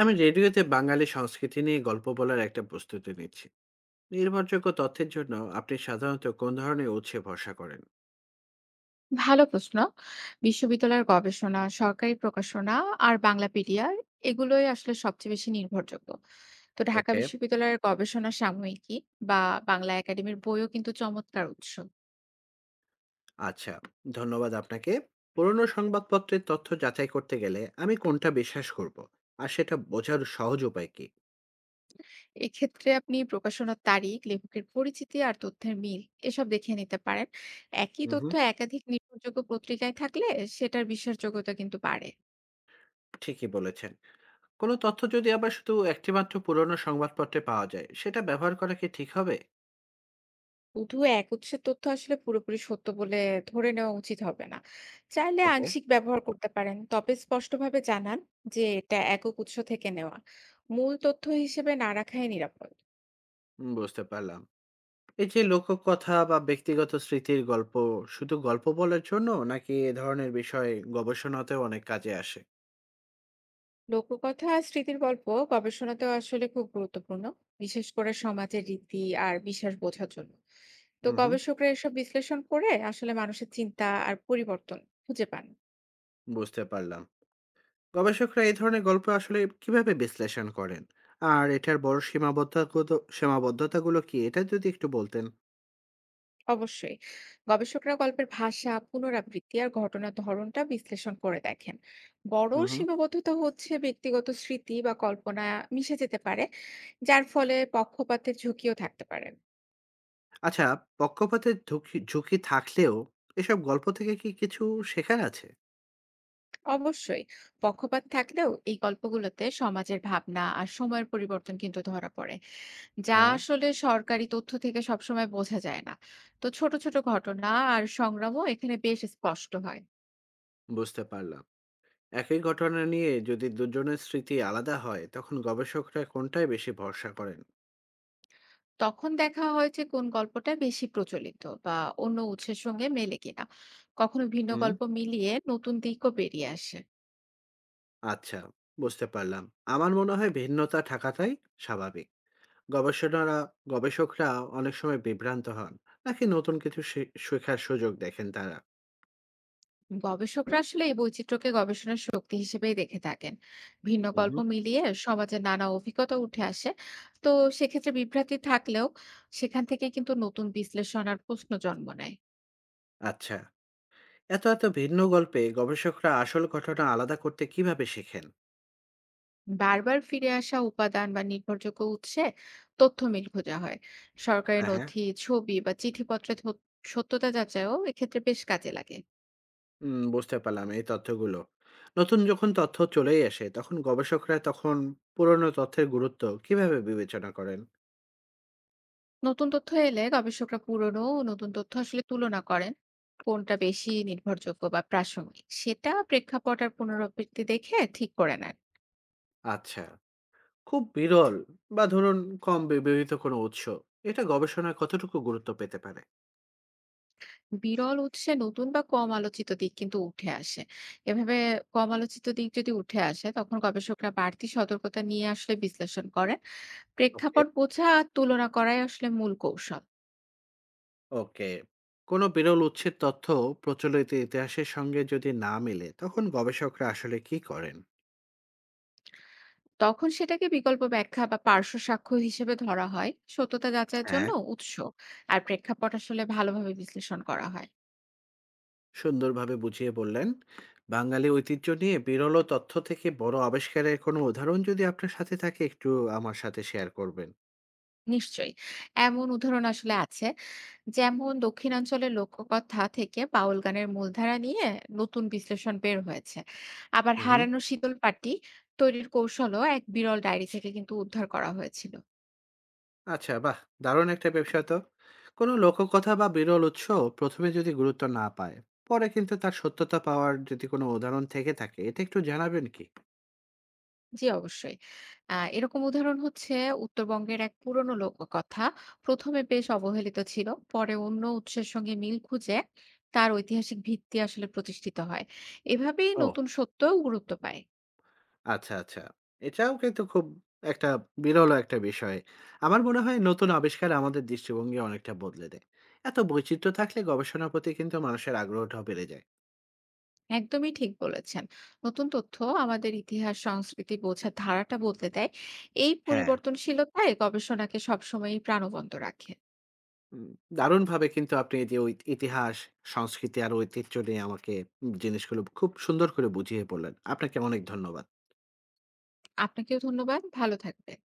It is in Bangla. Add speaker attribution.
Speaker 1: আমি রেডিওতে বাঙালি সংস্কৃতি নিয়ে গল্প বলার একটা প্রস্তুতি নিচ্ছি। নির্ভরযোগ্য তথ্যের জন্য আপনি সাধারণত কোন ধরনের উৎসে ভরসা করেন?
Speaker 2: ভালো প্রশ্ন। বিশ্ববিদ্যালয়ের গবেষণা, সরকারি প্রকাশনা আর বাংলাপিডিয়া এগুলোই আসলে সবচেয়ে বেশি নির্ভরযোগ্য। তো ঢাকা
Speaker 1: ওকে।
Speaker 2: বিশ্ববিদ্যালয়ের গবেষণা সাময়িকী বা বাংলা একাডেমির বইও কিন্তু চমৎকার উৎস।
Speaker 1: আচ্ছা, ধন্যবাদ আপনাকে। পুরনো সংবাদপত্রের তথ্য যাচাই করতে গেলে আমি কোনটা বিশ্বাস করব, আর সেটা বোঝার সহজ উপায় কি?
Speaker 2: এক্ষেত্রে আপনি প্রকাশনার তারিখ, লেখকের পরিচিতি আর তথ্যের মিল এসব দেখে নিতে পারেন। একই
Speaker 1: হুম
Speaker 2: তথ্য
Speaker 1: হুম।
Speaker 2: একাধিক নির্ভরযোগ্য পত্রিকায় থাকলে সেটার বিশ্বাসযোগ্যতা কিন্তু বাড়ে।
Speaker 1: ঠিকই বলেছেন। কোনো তথ্য যদি আবার শুধু একটিমাত্র পুরনো সংবাদপত্রে পাওয়া যায়, সেটা ব্যবহার করা কি ঠিক হবে?
Speaker 2: শুধু এক উৎসের তথ্য আসলে পুরোপুরি সত্য বলে ধরে নেওয়া উচিত হবে না। চাইলে
Speaker 1: ওকে।
Speaker 2: আংশিক ব্যবহার করতে পারেন, তবে স্পষ্টভাবে জানান যে এটা একক উৎস থেকে নেওয়া। মূল তথ্য হিসেবে না রাখাই নিরাপদ।
Speaker 1: হুম, বুঝতে পারলাম। এই যে লোককথা বা ব্যক্তিগত স্মৃতির গল্প, শুধু গল্প বলার জন্য নাকি এ ধরনের বিষয়ে গবেষণাতেও অনেক কাজে আসে?
Speaker 2: লোককথা আর স্মৃতির গল্প গবেষণাতেও আসলে খুব গুরুত্বপূর্ণ, বিশেষ করে সমাজের রীতি আর বিশ্বাস বোঝার জন্য। তো
Speaker 1: হুম হুম।
Speaker 2: গবেষকরা এসব বিশ্লেষণ করে আসলে মানুষের চিন্তা আর পরিবর্তন খুঁজে পান।
Speaker 1: বুঝতে পারলাম। গবেষকরা এই ধরনের গল্প আসলে কিভাবে বিশ্লেষণ করেন, আর এটার বড় সীমাবদ্ধতা সীমাবদ্ধতাগুলো কি, এটা যদি একটু বলতেন।
Speaker 2: অবশ্যই, গবেষকরা গল্পের ভাষা, পুনরাবৃত্তি আর ঘটনার ধরনটা বিশ্লেষণ করে দেখেন। বড়
Speaker 1: হুম হুম।
Speaker 2: সীমাবদ্ধতা হচ্ছে ব্যক্তিগত স্মৃতি বা কল্পনা মিশে যেতে পারে, যার ফলে পক্ষপাতের ঝুঁকিও থাকতে পারে।
Speaker 1: আচ্ছা। পক্ষপাতের ঝুঁকি ঝুঁকি থাকলেও এসব গল্প থেকে কি কিছু শেখার আছে?
Speaker 2: অবশ্যই, পক্ষপাত থাকলেও এই গল্পগুলোতে সমাজের ভাবনা আর সময়ের পরিবর্তন কিন্তু ধরা পড়ে, যা
Speaker 1: হ্যাঁ,
Speaker 2: আসলে সরকারি তথ্য থেকে সবসময় বোঝা যায় না। তো ছোট ছোট ঘটনা আর সংগ্রামও এখানে বেশ স্পষ্ট হয়।
Speaker 1: বুঝতে পারলাম। একই ঘটনা নিয়ে যদি দুজনের স্মৃতি আলাদা হয়, তখন গবেষকরা কোনটায় বেশি ভরসা করেন?
Speaker 2: তখন দেখা হয় যে কোন গল্পটা বেশি প্রচলিত বা অন্য উৎসের সঙ্গে মেলে কিনা। কখনো ভিন্ন
Speaker 1: হুম,
Speaker 2: গল্প মিলিয়ে নতুন দিকও বেরিয়ে আসে।
Speaker 1: আচ্ছা, বুঝতে পারলাম। আমার মনে হয় ভিন্নতা থাকাটাই স্বাভাবিক। গবেষণারা গবেষকরা অনেক সময় বিভ্রান্ত হন, নাকি নতুন কিছু শেখার সুযোগ দেখেন তারা?
Speaker 2: গবেষকরা আসলে এই বৈচিত্র্যকে গবেষণার শক্তি হিসেবেই দেখে থাকেন। ভিন্ন গল্প
Speaker 1: উহু,
Speaker 2: মিলিয়ে সমাজের নানা অভিজ্ঞতা উঠে আসে। তো সেক্ষেত্রে বিভ্রান্তি থাকলেও সেখান থেকে কিন্তু নতুন বিশ্লেষণ আর প্রশ্ন জন্ম নেয়।
Speaker 1: আচ্ছা। এত ভিন্ন গল্পে গবেষকরা আসল ঘটনা আলাদা করতে কিভাবে শেখেন?
Speaker 2: বারবার ফিরে আসা উপাদান বা নির্ভরযোগ্য উৎসে তথ্য মিল খোঁজা হয়। সরকারি
Speaker 1: হ্যাঁ, হ্যাঁ।
Speaker 2: নথি, ছবি বা চিঠিপত্রের সত্যতা যাচাইও এক্ষেত্রে বেশ কাজে লাগে।
Speaker 1: বুঝতে পারলাম এই তথ্যগুলো। নতুন যখন তথ্য চলেই আসে, তখন গবেষকরা তখন পুরনো তথ্যের গুরুত্ব কিভাবে বিবেচনা করেন?
Speaker 2: নতুন তথ্য এলে গবেষকরা পুরনো ও নতুন তথ্য আসলে তুলনা করেন। কোনটা বেশি নির্ভরযোগ্য বা প্রাসঙ্গিক, সেটা প্রেক্ষাপট আর পুনরাবৃত্তি দেখে ঠিক করে নেন।
Speaker 1: আচ্ছা। খুব বিরল বা ধরুন কম ব্যবহৃত কোনো উৎস, এটা গবেষণায় কতটুকু গুরুত্ব পেতে পারে?
Speaker 2: বিরল উৎসে নতুন বা কম আলোচিত দিক কিন্তু উঠে আসে। এভাবে কম আলোচিত দিক যদি উঠে আসে, তখন গবেষকরা বাড়তি সতর্কতা নিয়ে আসলে বিশ্লেষণ করেন।
Speaker 1: ওকে,
Speaker 2: প্রেক্ষাপট বোঝা আর তুলনা করাই আসলে মূল কৌশল।
Speaker 1: ওকে। কোনো বিরল উৎসের তথ্য প্রচলিত ইতিহাসের সঙ্গে যদি না মেলে, তখন গবেষকরা আসলে কি করেন?
Speaker 2: তখন সেটাকে বিকল্প ব্যাখ্যা বা পার্শ্ব সাক্ষ্য হিসেবে ধরা হয়। সত্যতা যাচাইয়ের জন্য
Speaker 1: হ্যাঁ।
Speaker 2: উৎস আর প্রেক্ষাপট আসলে ভালোভাবে বিশ্লেষণ করা হয়।
Speaker 1: সুন্দরভাবে বুঝিয়ে বললেন। বাঙালি ঐতিহ্য নিয়ে বিরল ও তথ্য থেকে বড় আবিষ্কারের কোনো উদাহরণ যদি আপনার সাথে থাকে, একটু আমার সাথে শেয়ার করবেন।
Speaker 2: নিশ্চয়ই। এমন উদাহরণ আসলে আছে। যেমন দক্ষিণাঞ্চলের লোককথা থেকে বাউল গানের মূলধারা নিয়ে নতুন বিশ্লেষণ বের হয়েছে। আবার
Speaker 1: হুম।
Speaker 2: হারানো শীতল পাটি তৈরির কৌশলও এক বিরল ডায়েরি থেকে কিন্তু উদ্ধার করা হয়েছিল।
Speaker 1: আচ্ছা, বাহ! দারুণ একটা ব্যবসা তো। কোনো লোককথা বা বিরল উৎস ১ম এ যদি গুরুত্ব না পায়, পরে কিন্তু তার সত্যতা পাওয়ার যদি কোনো উদাহরণ থেকে থাকে, এটা একটু জানাবেন কি?
Speaker 2: জি, অবশ্যই। এরকম উদাহরণ হচ্ছে উত্তরবঙ্গের এক পুরনো লোককথা। ১ম এ বেশ অবহেলিত ছিল। পরে অন্য উৎসের সঙ্গে মিল খুঁজে তার ঐতিহাসিক ভিত্তি আসলে প্রতিষ্ঠিত হয়। এভাবেই
Speaker 1: ও,
Speaker 2: নতুন সত্যও গুরুত্ব পায়।
Speaker 1: আচ্ছা, আচ্ছা। এটাও কিন্তু খুব একটা বিরল একটা বিষয়। আমার মনে হয় নতুন আবিষ্কার আমাদের দৃষ্টিভঙ্গি অনেকটা বদলে দেয়। এত বৈচিত্র্য থাকলে গবেষণার প্রতি কিন্তু মানুষের আগ্রহটাও বেড়ে যায়।
Speaker 2: একদমই ঠিক বলেছেন। নতুন তথ্য আমাদের ইতিহাস, সংস্কৃতি বোঝার ধারাটা বদলে দেয়। এই
Speaker 1: হ্যাঁ।
Speaker 2: পরিবর্তনশীলতায় গবেষণাকে সবসময়ই প্রাণবন্ত রাখে।
Speaker 1: উম দারুণভাবে কিন্তু আপনি এই যে ঐ ইতিহাস, সংস্কৃতি আর ঐতিহ্য নিয়ে আমাকে জিনিসগুলো খুব সুন্দর করে বুঝিয়ে বললেন। আপনাকে অনেক ধন্যবাদ।
Speaker 2: আপনাকেও ধন্যবাদ। ভালো থাকবেন।